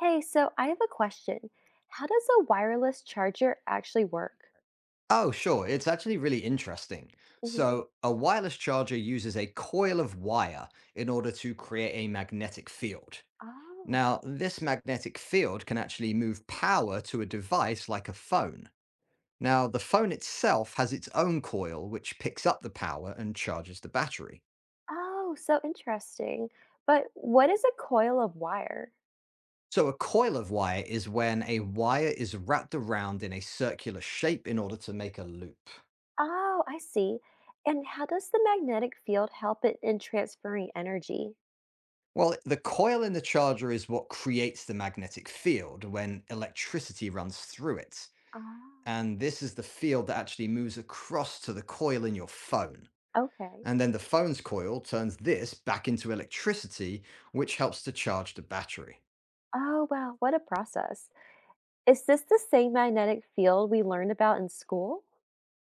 Hey, so I have a question. How does a wireless charger actually work? Oh, sure. It's actually really interesting. Hmm. So a wireless charger uses a coil of wire in order to create a magnetic field. Oh, Now, this magnetic field can actually move power to a device like a phone. Now, the phone itself has its own coil, which picks up the power and charges the battery. oh, so interesting. But what is a coil of wire? So a coil of wire is when a wire is wrapped around in a circular shape in order to make a loop. Oh, I see. And how does the magnetic field help it in transferring energy? Well, the coil in the charger is what creates the magnetic field when electricity runs through it. Oh, And this is the field that actually moves across to the coil in your phone. okay. And then the phone's coil turns this back into electricity, which helps to charge the battery. Oh, wow, what a process. Is this the same magnetic field we learned about in school?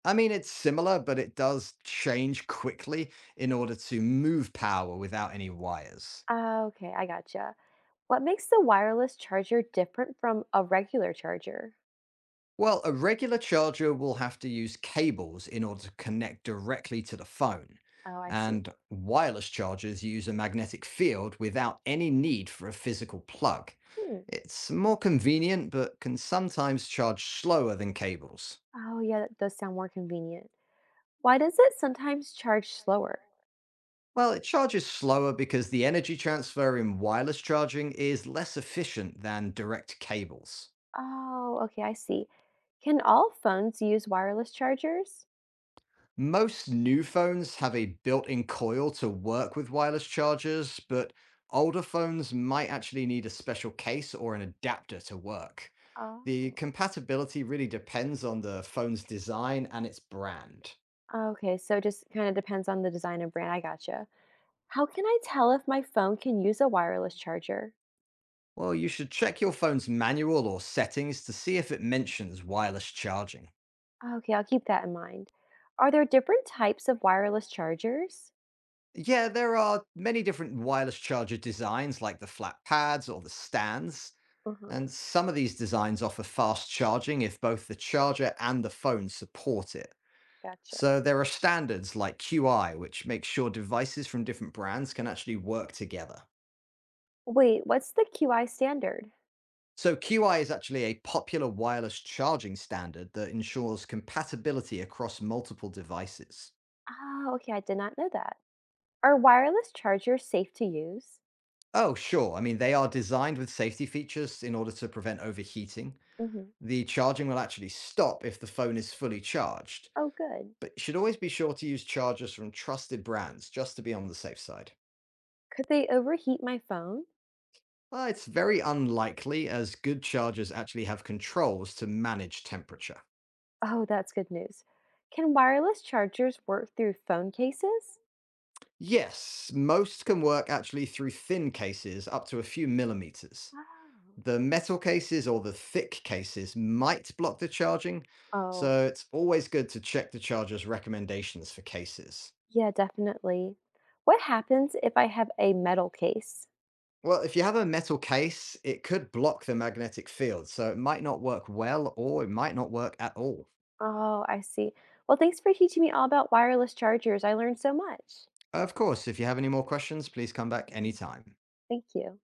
I mean, it's similar, but it does change quickly in order to move power without any wires. Ah, okay, I gotcha. What makes the wireless charger different from a regular charger? Well, a regular charger will have to use cables in order to connect directly to the phone. Oh, I see. And wireless chargers use a magnetic field without any need for a physical plug. Hmm. It's more convenient, but can sometimes charge slower than cables. Oh, yeah, that does sound more convenient. Why does it sometimes charge slower? Well, it charges slower because the energy transfer in wireless charging is less efficient than direct cables. Oh, okay, I see. Can all phones use wireless chargers? Most new phones have a built-in coil to work with wireless chargers, but older phones might actually need a special case or an adapter to work. The Oh. compatibility really depends on the phone's design and its brand. Okay, so it just kind of depends on the design and brand. I gotcha. How can I tell if my phone can use a wireless charger? Well, you should check your phone's manual or settings to see if it mentions wireless charging. Okay, I'll keep that in mind. Are there different types of wireless chargers? Yeah, there are many different wireless charger designs like the flat pads or the stands. Uh huh. And some of these designs offer fast charging if both the charger and the phone support it. Gotcha. So there are standards like QI, which make sure devices from different brands can actually work together. Wait, what's the QI standard? So QI is actually a popular wireless charging standard that ensures compatibility across multiple devices. Oh, okay, I did not know that. Are wireless chargers safe to use? Oh, sure. I mean, they are designed with safety features in order to prevent overheating. Mm-hmm. The charging will actually stop if the phone is fully charged, Oh, good. but you should always be sure to use chargers from trusted brands just to be on the safe side. Could they overheat my phone? It's very unlikely, as good chargers actually have controls to manage temperature. Oh, that's good news. Can wireless chargers work through phone cases? Yes, most can work actually through thin cases up to a few millimeters. Oh. The metal cases or the thick cases might block the charging, Oh, so it's always good to check the charger's recommendations for cases. yeah, definitely. What happens if I have a metal case? Well, if you have a metal case, it could block the magnetic field, so it might not work well or it might not work at all. Oh, I see. Well, thanks for teaching me all about wireless chargers. I learned so much. Of course, if you have any more questions, please come back anytime. Thank you.